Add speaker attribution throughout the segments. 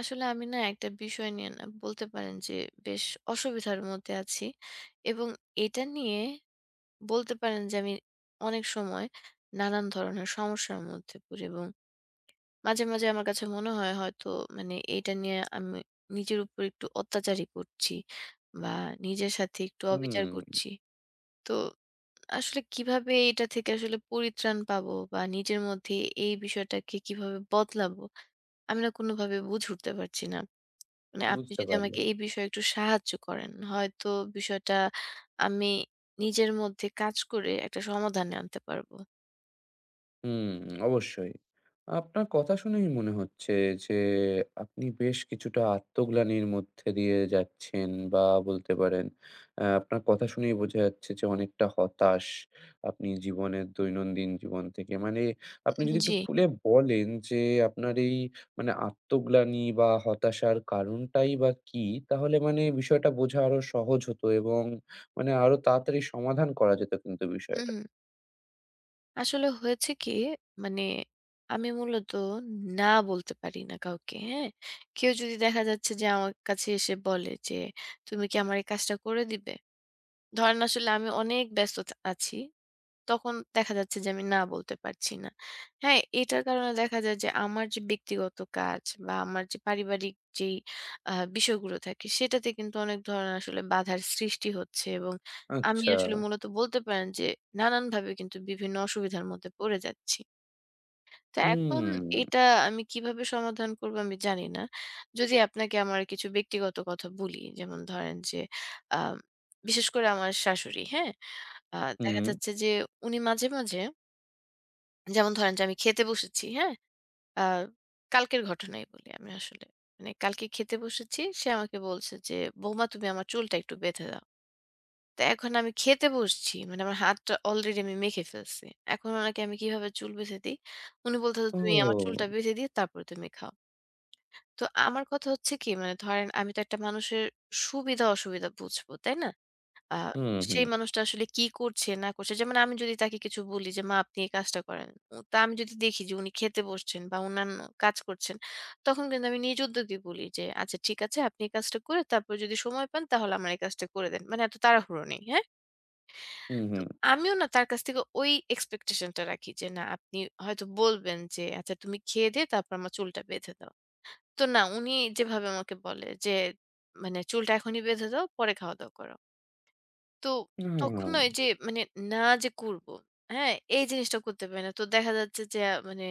Speaker 1: আসলে আমি না একটা বিষয় নিয়ে না বলতে পারেন যে বেশ অসুবিধার মধ্যে আছি এবং এটা নিয়ে বলতে পারেন যে আমি অনেক সময় নানান ধরনের সমস্যার মধ্যে পড়ি এবং মাঝে মাঝে আমার কাছে মনে হয় হয়তো মানে এটা নিয়ে আমি নিজের উপর একটু অত্যাচারই করছি বা নিজের সাথে একটু অবিচার
Speaker 2: হুম,
Speaker 1: করছি তো আসলে কিভাবে এটা থেকে আসলে পরিত্রাণ পাবো বা নিজের মধ্যে এই বিষয়টাকে কিভাবে বদলাবো আমি না কোনোভাবে বুঝে উঠতে পারছি না মানে আপনি
Speaker 2: বুঝতে
Speaker 1: যদি আমাকে
Speaker 2: পারলাম।
Speaker 1: এই বিষয়ে একটু সাহায্য করেন, হয়তো বিষয়টা আমি নিজের মধ্যে কাজ করে একটা সমাধানে আনতে পারবো।
Speaker 2: হুম, অবশ্যই। আপনার কথা শুনেই মনে হচ্ছে যে আপনি বেশ কিছুটা আত্মগ্লানির মধ্যে দিয়ে যাচ্ছেন বা বলতে পারেন আপনার কথা শুনেই বোঝা যাচ্ছে যে অনেকটা হতাশ আপনি জীবনের দৈনন্দিন জীবন থেকে। মানে আপনি
Speaker 1: উম
Speaker 2: যদি একটু
Speaker 1: জি।
Speaker 2: খুলে বলেন যে আপনার এই মানে আত্মগ্লানি বা হতাশার কারণটাই বা কী? তাহলে মানে বিষয়টা বোঝা আরো সহজ হতো এবং মানে আরো তাড়াতাড়ি সমাধান করা যেত কিন্তু
Speaker 1: হুম,
Speaker 2: বিষয়টা।
Speaker 1: আসলে হয়েছে কি মানে আমি মূলত না বলতে পারি না কাউকে, হ্যাঁ? কেউ যদি দেখা যাচ্ছে যে আমার কাছে এসে বলে যে, "তুমি কি আমার এই কাজটা করে দিবে?" ধরেন আসলে আমি অনেক ব্যস্ত আছি। তখন দেখা যাচ্ছে যে আমি না বলতে পারছি না। হ্যাঁ, এটার কারণে দেখা যায় যে আমার যে ব্যক্তিগত কাজ বা আমার যে পারিবারিক যেই আ বিষয়গুলো থাকে সেটাতে কিন্তু অনেক ধরনের আসলে বাধার সৃষ্টি হচ্ছে এবং আমি
Speaker 2: আচ্ছা।
Speaker 1: আসলে মূলত বলতে পারেন যে নানানভাবে কিন্তু বিভিন্ন অসুবিধার মধ্যে পড়ে যাচ্ছি। তো এখন
Speaker 2: হুম,
Speaker 1: এটা আমি কিভাবে সমাধান করব আমি জানি না। যদি আপনাকে আমার কিছু ব্যক্তিগত কথা বলি, যেমন ধরেন যে আ বিশেষ করে আমার শাশুড়ি, হ্যাঁ? আ দেখা
Speaker 2: হুম।
Speaker 1: যাচ্ছে যে উনি মাঝে, মাঝে যেমন ধরেন যে আমি খেতে বসেছি, হ্যাঁ? আ কালকের ঘটনাই বলি আমি আসলে। মানে কালকে খেতে বসেছি। সে আমাকে বলছে যে, "বৌমা তুমি আমার চুলটা একটু বেঁধে দাও।" তো এখন আমি খেতে বসছি। মানে আমার হাতটা অলরেডি আমি মেখে ফেলছি। এখন উনাকে আমি কিভাবে চুল বেঁধে দেই? উনি বলতেছে, "তুমি আমার চুলটা
Speaker 2: ও!
Speaker 1: বেঁধে দিয়ে তারপরে তুমি খাও।" তো আমার কথা হচ্ছে কি মানে ধরেন আমি তো একটা মানুষের সুবিধা-অসুবিধা বুঝবো, তাই না? আ
Speaker 2: হুম,
Speaker 1: সেই
Speaker 2: হুম,
Speaker 1: মানুষটা আসলে কি করছে না করছে যেমন আমি যদি তাকে কিছু বলি যে, "মা আপনি এই কাজটা করেন।" তা আমি যদি দেখি যে উনি খেতে বসছেন বা অন্যান্য কাজ করছেন, তখন কিন্তু আমি নিজ উদ্যোগে বলি যে, "আচ্ছা ঠিক আছে আপনি এই কাজটা করে তারপর যদি সময় পান তাহলে আমার এই কাজটা করে দেন।" মানে এত তাড়াহুড়ো নেই, হ্যাঁ?
Speaker 2: হুম,
Speaker 1: তো
Speaker 2: হুম।
Speaker 1: আমিও না তার কাছ থেকে ওই এক্সপেকটেশন টা রাখি যে না আপনি হয়তো বলবেন যে আচ্ছা তুমি খেয়ে দিয়ে তারপর আমার চুলটা বেঁধে দাও। তো না উনি যেভাবে আমাকে বলে যে মানে চুলটা এখনই বেঁধে দাও পরে খাওয়া-দাওয়া করো। তো
Speaker 2: আ
Speaker 1: তখন না ওই যে মানে না যে করবো, হ্যাঁ? এই জিনিসটা করতে পারি না। তো দেখা যাচ্ছে যে মানে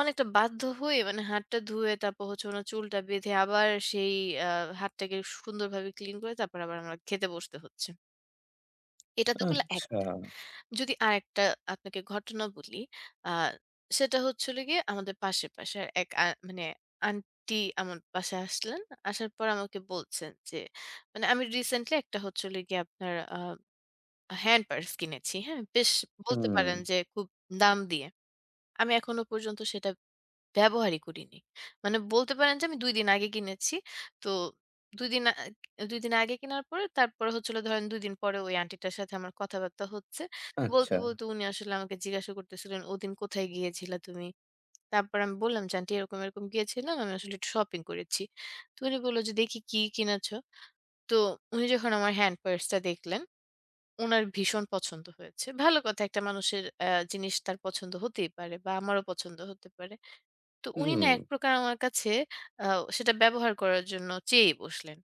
Speaker 1: অনেকটা বাধ্য হয়ে মানে হাতটা ধুয়ে তারপর হচ্ছে উনার চুলটা বেঁধে আবার সেই আ হাতটাকে সুন্দরভাবে ক্লিন করে তারপর আবার আমার খেতে বসতে হচ্ছে। এটা তো করলে
Speaker 2: আচ্ছা।
Speaker 1: যদি আরেকটা আপনাকে ঘটনা বলি, আ সেটা হচ্ছে হলো গিয়ে আমাদের পাশে, পাশে এক মানে আন্টি আমার বাসায় আসলেন। আসার পর আমাকে বলছেন যে মানে আমি রিসেন্টলি একটা হচ্ছে হলো গিয়ে আপনার হ্যান্ড পার্স কিনেছি। হ্যাঁ? বেশ বলতে
Speaker 2: হুম,
Speaker 1: পারেন যে খুব দাম দিয়ে। আমি এখনো পর্যন্ত সেটা ব্যবহারই করিনি। মানে বলতে পারেন যে আমি ২ দিন আগে কিনেছি। তো ২ দিন ২ দিন আগে কেনার পরে তারপরে হচ্ছে হলো ধরেন ২ দিন পরে ওই আন্টিটার সাথে আমার কথাবার্তা হচ্ছে। বলতে,
Speaker 2: আচ্ছা।
Speaker 1: বলতে উনি আসলে আমাকে জিজ্ঞাসা করতেছিলেন, "ওদিন কোথায় গিয়েছিলা তুমি?" তারপর আমি বললাম যে, "আন্টি এরকম, এরকম গিয়েছিলাম। আমি আসলে একটু শপিং করেছি।" তো উনি বলল যে, "দেখি কি কিনেছ?" তো উনি যখন আমার হ্যান্ড পার্সটা দেখলেন উনার ভীষণ পছন্দ হয়েছে। ভালো কথা একটা মানুষের জিনিস তার পছন্দ হতেই পারে বা আমারও পছন্দ হতে পারে। তো উনি না
Speaker 2: হুম,
Speaker 1: এক প্রকার আমার কাছে আ সেটা ব্যবহার করার জন্য চেয়েই বসলেন।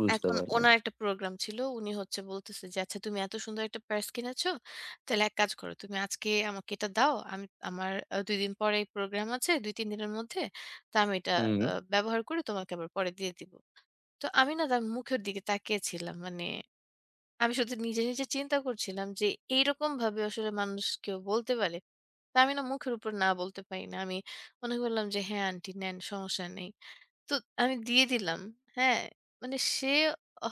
Speaker 2: বুঝতে
Speaker 1: এখন
Speaker 2: পারলাম।
Speaker 1: ওনার একটা প্রোগ্রাম ছিল। উনি হচ্ছে বলতেছে যে, "আচ্ছা তুমি এত সুন্দর একটা পার্স কিনেছো। তাহলে এক কাজ করো। তুমি আজকে আমাকে এটা দাও। আমি আমার ২ দিন পরে প্রোগ্রাম আছে। ২-৩ দিনের মধ্যে। তো আমি এটা
Speaker 2: হুম,
Speaker 1: ব্যবহার করে তোমাকে আবার পরে দিয়ে দিবো।" তো আমি না তার মুখের দিকে তাকিয়েছিলাম। মানে আমি শুধু নিজে, নিজে চিন্তা করছিলাম যে এইরকমভাবে আসলে মানুষ কেউ বলতে পারে। তা আমি না মুখের উপর না বলতে পারি না। আমি মনে করলাম যে হ্যাঁ, আন্টি নেন সমস্যা নেই। তো আমি দিয়ে দিলাম। হ্যাঁ? মানে সে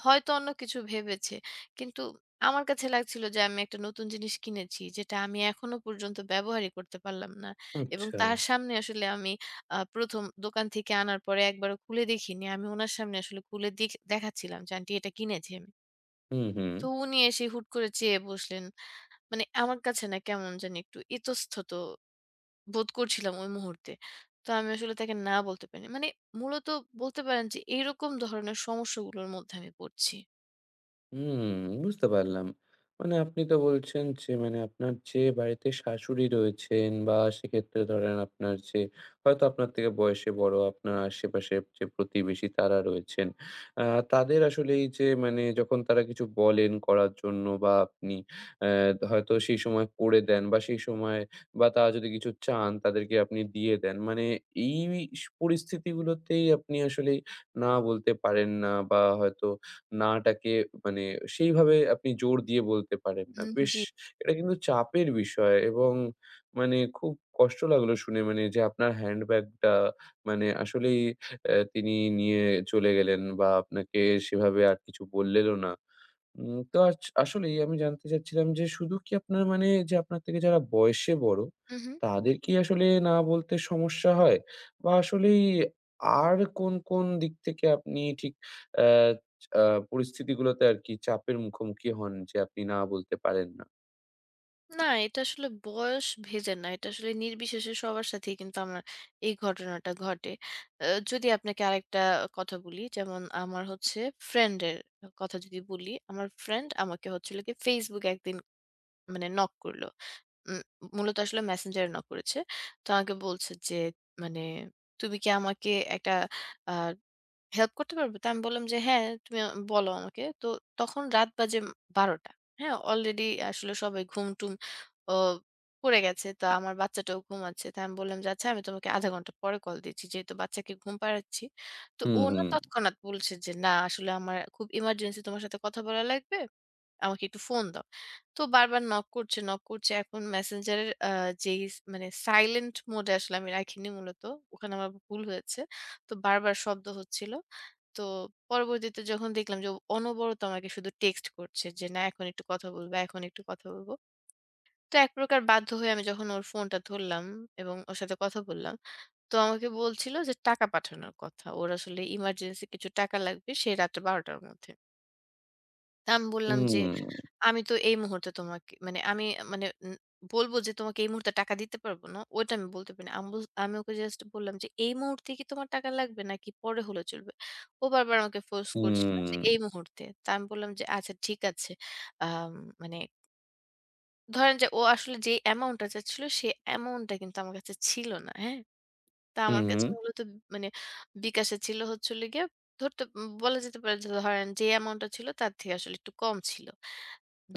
Speaker 1: হয়তো অন্য কিছু ভেবেছে। কিন্তু আমার কাছে লাগছিল যে আমি একটা নতুন জিনিস কিনেছি যেটা আমি এখনো পর্যন্ত ব্যবহারই করতে পারলাম না। এবং
Speaker 2: আচ্ছা।
Speaker 1: তার সামনে আসলে আমি ১ম দোকান থেকে আনার পরে একবারও খুলে দেখিনি। আমি উনার সামনে আসলে খুলে দেখাচ্ছিলাম যে আন্টি এটা কিনেছি আমি।
Speaker 2: হুম, হুম।
Speaker 1: তো উনি এসে হুট করে চেয়ে বসলেন। মানে আমার কাছে না কেমন জানি একটু ইতস্তত বোধ করছিলাম ওই মুহূর্তে। তো আমি আসলে তাকে না বলতে পারিনি। মানে মূলত বলতে পারেন যে এইরকম ধরনের সমস্যাগুলোর মধ্যে আমি পড়ছি।
Speaker 2: হুম, বুঝতে পারলাম। মানে আপনি তো বলছেন যে মানে আপনার যে বাড়িতে শাশুড়ি রয়েছেন বা সেক্ষেত্রে ধরেন আপনার যে হয়তো আপনার থেকে বয়সে বড় আপনার আশেপাশের যে প্রতিবেশী তারা রয়েছেন। আ তাদের আসলে এই যে মানে যখন তারা কিছু বলেন করার জন্য বা আপনি অ্যা হয়তো সেই সময় করে দেন বা সেই সময় বা তারা যদি কিছু চান তাদেরকে আপনি দিয়ে দেন। মানে এই পরিস্থিতিগুলোতেই আপনি আসলেই না বলতে পারেন না বা হয়তো নাটাকে মানে সেইভাবে আপনি জোর দিয়ে বলতে পারেন না।
Speaker 1: হুম,
Speaker 2: বেশ
Speaker 1: জি।
Speaker 2: এটা কিন্তু চাপের বিষয় এবং মানে খুব কষ্ট লাগলো শুনে মানে যে আপনার হ্যান্ডব্যাগটা মানে আসলেই তিনি নিয়ে চলে গেলেন বা আপনাকে সেভাবে আর কিছু বললেনও না। তো আসলেই আমি জানতে চাচ্ছিলাম যে শুধু কি আপনার মানে যে আপনার থেকে যারা বয়সে বড়,
Speaker 1: হু, হু।
Speaker 2: তাদের কি আসলে না বলতে সমস্যা হয়? বা আসলেই আর কোন দিক থেকে আপনি ঠিক অ্যা আ পরিস্থিতিগুলোতে আরকি চাপের মুখোমুখি হন যে আপনি না বলতে পারেন না?
Speaker 1: না এটা আসলে বয়স ভেদে না। এটা আসলে নির্বিশেষে সবার সাথেই কিন্তু আমার এই ঘটনাটা ঘটে। আ যদি আপনাকে আরেকটা কথা বলি, যেমন আমার হচ্ছে ফ্রেন্ড এর কথা যদি বলি, আমার ফ্রেন্ড আমাকে হচ্ছিল গিয়ে Facebook একদিন মানে নক করল। উম মূলত আসলে মেসেঞ্জারে নক করেছে। তো আমাকে বলছে যে মানে, "তুমি কি আমাকে একটা আ হেল্প করতে পারবে? তো আমি বললাম যে, "হ্যাঁ, তুমি বলো আমাকে।" তো তখন রাত বাজে ১২ঃ০০ হ্যাঁ? অলরেডি আসলে সবাই ঘুম-টুম অ পড়ে গেছে। তো আমার বাচ্চাটাও ঘুমাচ্ছে। তো আমি বললাম যে, "আচ্ছা, আমি তোমাকে ০.৫ ঘন্টা পরে কল দিচ্ছি। যেহেতু বাচ্চাকে ঘুম পাড়াচ্ছি।" তো ও
Speaker 2: হুম,
Speaker 1: না
Speaker 2: হুম।
Speaker 1: তৎক্ষণাৎ বলছে যে, "না, আসলে আমার খুব ইমার্জেন্সি তোমার সাথে কথা বলা লাগবে। আমাকে একটু ফোন দাও।" তো বারবার নক করছে, নক করছে। এখন Messenger এর যেই মানে সাইলেন্ট মোড এ আসলে আমি রাখিনি মূলত। ওখানে আমার ভুল হয়েছে। তো বারবার শব্দ হচ্ছিল। তো পরবর্তীতে যখন দেখলাম যে, ও অনবরত আমাকে শুধু টেক্সট করছে যে, "না, এখন একটু কথা বলবো, এখন একটু কথা বলবো।" তো এক প্রকার বাধ্য হয়ে আমি যখন ওর ফোনটা ধরলাম এবং ওর সাথে কথা বললাম, তো আমাকে বলছিল যে টাকা পাঠানোর কথা। ওর আসলে ইমার্জেন্সি কিছু টাকা লাগবে, সেই রাত্রে ১২ঃ০০ টার মধ্যে। আমি বললাম যে,
Speaker 2: হুম,
Speaker 1: "আমি তো এই মুহূর্তে তোমাকে মানে আমি মানে বলব যে তোমাকে এই মুহূর্তে টাকা দিতে পারবো না।" ওইটা আমি বলতে পারি না। আমি আমি ওকে জাস্ট বললাম যে, "এই মুহূর্তে কি তোমার টাকা লাগবে নাকি পরে হলে চলবে?" ও বারবার আমাকে ফোর্স করছিল যে
Speaker 2: হুম,
Speaker 1: এই মুহূর্তে। তা আমি বললাম যে, "আচ্ছা ঠিক আছে।" আম মানে ধরেন যে ও আসলে যে অ্যামাউন্টটা চাচ্ছিল সে অ্যামাউন্টটা কিন্তু আমার কাছে ছিল না, হ্যাঁ? তা
Speaker 2: হুম,
Speaker 1: আমার কাছে
Speaker 2: হুম,
Speaker 1: মূলত মানে বিকাশে ছিল হচ্ছে হলো গিয়ে ধরতে বলা যেতে পারে যে ধরেন যে অ্যামাউন্টটা ছিল তার থেকে আসলে একটু কম ছিল।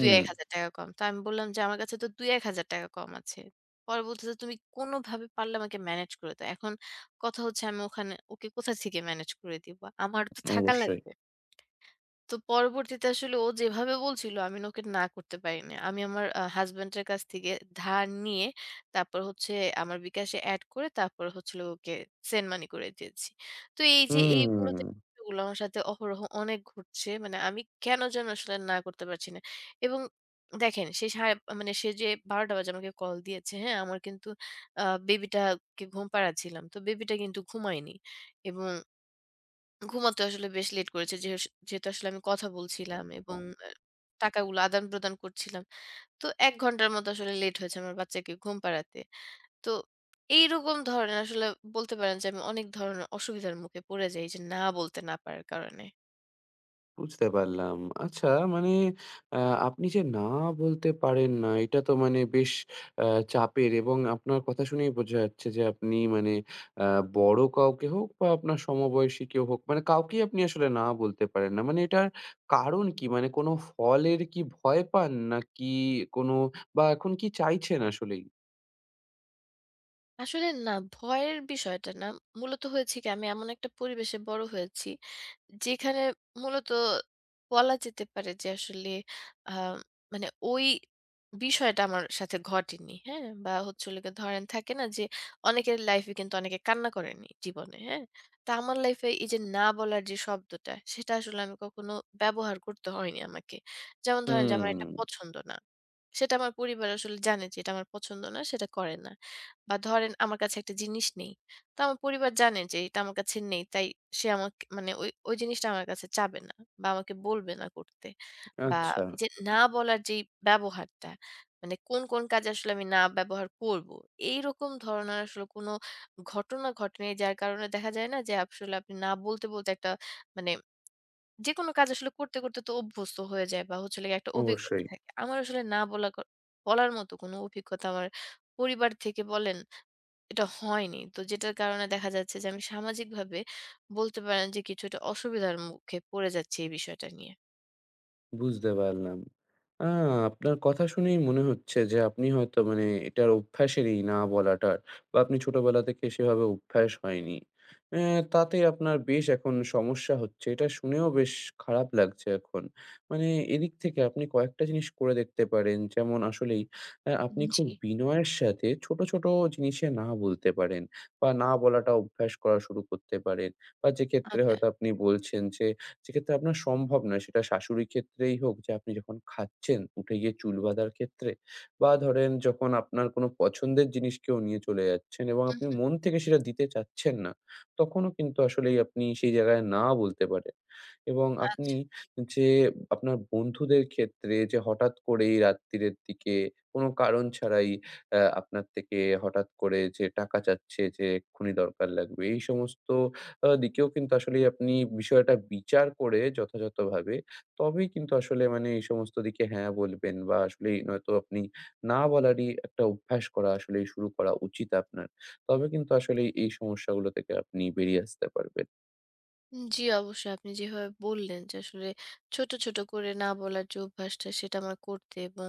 Speaker 2: হুম
Speaker 1: কম। তো আমি বললাম যে, "আমার কাছে তো ৳২-১,০০০ কম আছে।" পরে বলতেছে, "তুমি কোনোভাবে পারলে আমাকে ম্যানেজ করে দাও।" এখন কথা হচ্ছে আমি ওখানে ওকে কোথা থেকে ম্যানেজ করে দিব? আমার তো থাকা
Speaker 2: অবশ্যই।
Speaker 1: লাগবে। তো পরবর্তীতে আসলে ও যেভাবে বলছিল আমি না ওকে না করতে পারিনি। আমি আমার হাসব্যান্ডের কাছ থেকে ধার নিয়ে তারপর হচ্ছে আমার বিকাশে এড করে তারপর হচ্ছে হলো ওকে সেন্ড মানি করে দিয়েছি। তো এই যে এই মূলত
Speaker 2: হুম।
Speaker 1: এগুলো আমার সাথে অহরহ অনেক ঘটছে। মানে আমি কেন যেন আসলে না করতে পারছি না। এবং দেখেন সে সাড়ে মানে সে যে ১২ঃ০০ বাজে আমাকে কল দিয়েছে, হ্যাঁ? আমার কিন্তু আ বেবিটাকে ঘুম পাড়াচ্ছিলাম। তো বেবিটা কিন্তু ঘুমায়নি এবং ঘুমাতে আসলে বেশ লেট করেছে। যেহেতু আসলে আমি কথা বলছিলাম এবং আচ্ছা। টাকাগুলো আদান-প্রদান করছিলাম। তো ১ ঘন্টার মতো আসলে লেট হয়েছে আমার বাচ্চাকে ঘুম পাড়াতে। তো এইরকম ধরনের আসলে বলতে পারেন যে আমি অনেক ধরনের অসুবিধার মুখে পড়ে যাই এই যে না বলতে না পারার কারণে।
Speaker 2: বুঝতে পারলাম। আচ্ছা মানে আ আপনি যে না বলতে পারেন না, এটা তো মানে বেশ আ চাপের এবং আপনার কথা শুনেই বোঝা যাচ্ছে যে আপনি মানে আ বড় কাউকে হোক বা আপনার সমবয়সী কেউ হোক, মানে কাউকেই আপনি আসলে না বলতে পারেন না। মানে এটার কারণ কি? মানে কোনো ফলের কি ভয় পান? নাকি কোনো বা এখন কি চাইছেন আসলেই?
Speaker 1: আসলে না ভয়ের বিষয়টা না। মূলত হয়েছে কি আমি এমন একটা পরিবেশে বড় হয়েছি যেখানে মূলত বলা যেতে পারে যে আসলে আ মানে ওই বিষয়টা আমার সাথে ঘটেনি। হ্যাঁ? বা হচ্ছে হলো গিয়ে ধরেন থাকে না যে অনেকের লাইফে কিন্তু অনেকে কান্না করেনি জীবনে। হ্যাঁ? তা আমার লাইফে এই যে না বলার যে শব্দটা সেটা আসলে আমি কখনো ব্যবহার করতে হয়নি আমাকে। যেমন ধরেন যে আমার একটা
Speaker 2: হুম,
Speaker 1: পছন্দ না। সেটা আমার পরিবার আসলে জানে যে এটা আমার পছন্দ না, সেটা করে না। বা ধরেন আমার কাছে একটা জিনিস নেই। তো আমার পরিবার জানে যে এটা আমার কাছে নেই। তাই সে আমাকে মানে ওই, ওই জিনিসটা আমার কাছে চাবে না বা আমাকে বলবে না করতে। বা
Speaker 2: আচ্ছা,
Speaker 1: এই যে না বলার যেই ব্যবহারটা, মানে কোন, কোন কাজে আসলে আমি না ব্যবহার করব। এইরকম ধরনের আসলে কোনো ঘটনা ঘটেনি। যার কারণে দেখা যায় না যে আসলে আপনি না বলতে, বলতে একটা মানে যেকোনো কাজ আসলে করতে, করতে তো অভ্যস্ত হয়ে যায় বা হচ্ছে হলো গিয়ে একটা অভিজ্ঞতা
Speaker 2: অবশ্যই।
Speaker 1: থাকে। আমার আসলে না বলা বলার মতো কোনো অভিজ্ঞতা আমার পরিবার থেকে বলেন এটা হয়নি। তো যেটার কারণে দেখা যাচ্ছে যে আমি সামাজিকভাবে বলতে পারেন যে কিছুটা অসুবিধার মুখে পড়ে যাচ্ছি এই বিষয়টা নিয়ে।
Speaker 2: বুঝতে পারলাম। আ আপনার কথা শুনেই মনে হচ্ছে যে আপনি হয়তো মানে এটার অভ্যাসেরই না বলাটার বা আপনি ছোটবেলা থেকে সেভাবে অভ্যাস হয়নি। অ্যা তাতে আপনার বেশ এখন সমস্যা হচ্ছে। এটা শুনেও বেশ খারাপ লাগছে এখন। মানে এদিক থেকে আপনি কয়েকটা জিনিস করে দেখতে পারেন। যেমন আসলেই আপনি খুব
Speaker 1: জি,
Speaker 2: বিনয়ের সাথে ছোট, ছোট জিনিসে না বলতে পারেন বা না বলাটা অভ্যাস করা শুরু করতে পারেন। বা যেক্ষেত্রে
Speaker 1: আচ্ছা।
Speaker 2: হয়তো আপনি বলছেন যে সেক্ষেত্রে আপনার সম্ভব নয়। সেটা শাশুড়ির ক্ষেত্রেই হোক যে আপনি যখন খাচ্ছেন, উঠে গিয়ে চুল বাঁধার ক্ষেত্রে বা ধরেন যখন আপনার কোনো পছন্দের জিনিস কেউ নিয়ে চলে যাচ্ছেন এবং
Speaker 1: হুম,
Speaker 2: আপনি মন থেকে সেটা দিতে চাচ্ছেন না, তখনও কিন্তু আসলেই আপনি সেই জায়গায় না বলতে পারেন। এবং আপনি
Speaker 1: আচ্ছা।
Speaker 2: যে আপনার বন্ধুদের ক্ষেত্রে যে হঠাৎ করেই রাত্তিরের দিকে কোনো কারণ ছাড়াই আপনার থেকে হঠাৎ করে যে টাকা চাচ্ছে যে এক্ষুনি দরকার লাগবে, এই সমস্ত দিকেও কিন্তু আসলে আপনি বিষয়টা বিচার করে যথাযথভাবে তবেই কিন্তু আসলে মানে এই সমস্ত দিকে হ্যাঁ বলবেন বা আসলেই নয়তো আপনি না বলারই একটা অভ্যাস করা আসলেই শুরু করা উচিত আপনার। তবে কিন্তু আসলে এই সমস্যাগুলো থেকে আপনি বেরিয়ে আসতে পারবেন।
Speaker 1: জি, অবশ্যই আপনি যেভাবে বললেন যে আসলে ছোট, ছোট করে না বলার যে অভ্যাসটা সেটা আমার করতে এবং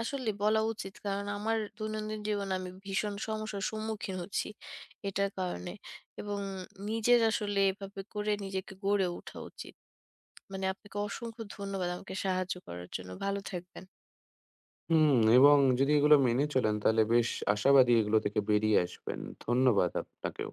Speaker 1: আসলে বলা উচিত। কারণ আমার দৈনন্দিন জীবনে আমি ভীষণ সমস্যার সম্মুখীন হচ্ছি এটার কারণে। এবং নিজের আসলে এভাবে করে নিজেকে গড়ে ওঠা উচিত। মানে আপনাকে অসংখ্য ধন্যবাদ আমাকে সাহায্য করার জন্য। ভালো থাকবেন।
Speaker 2: হুম, এবং যদি এগুলো মেনে চলেন তাহলে বেশ আশাবাদী এগুলো থেকে বেরিয়ে আসবেন। ধন্যবাদ আপনাকেও।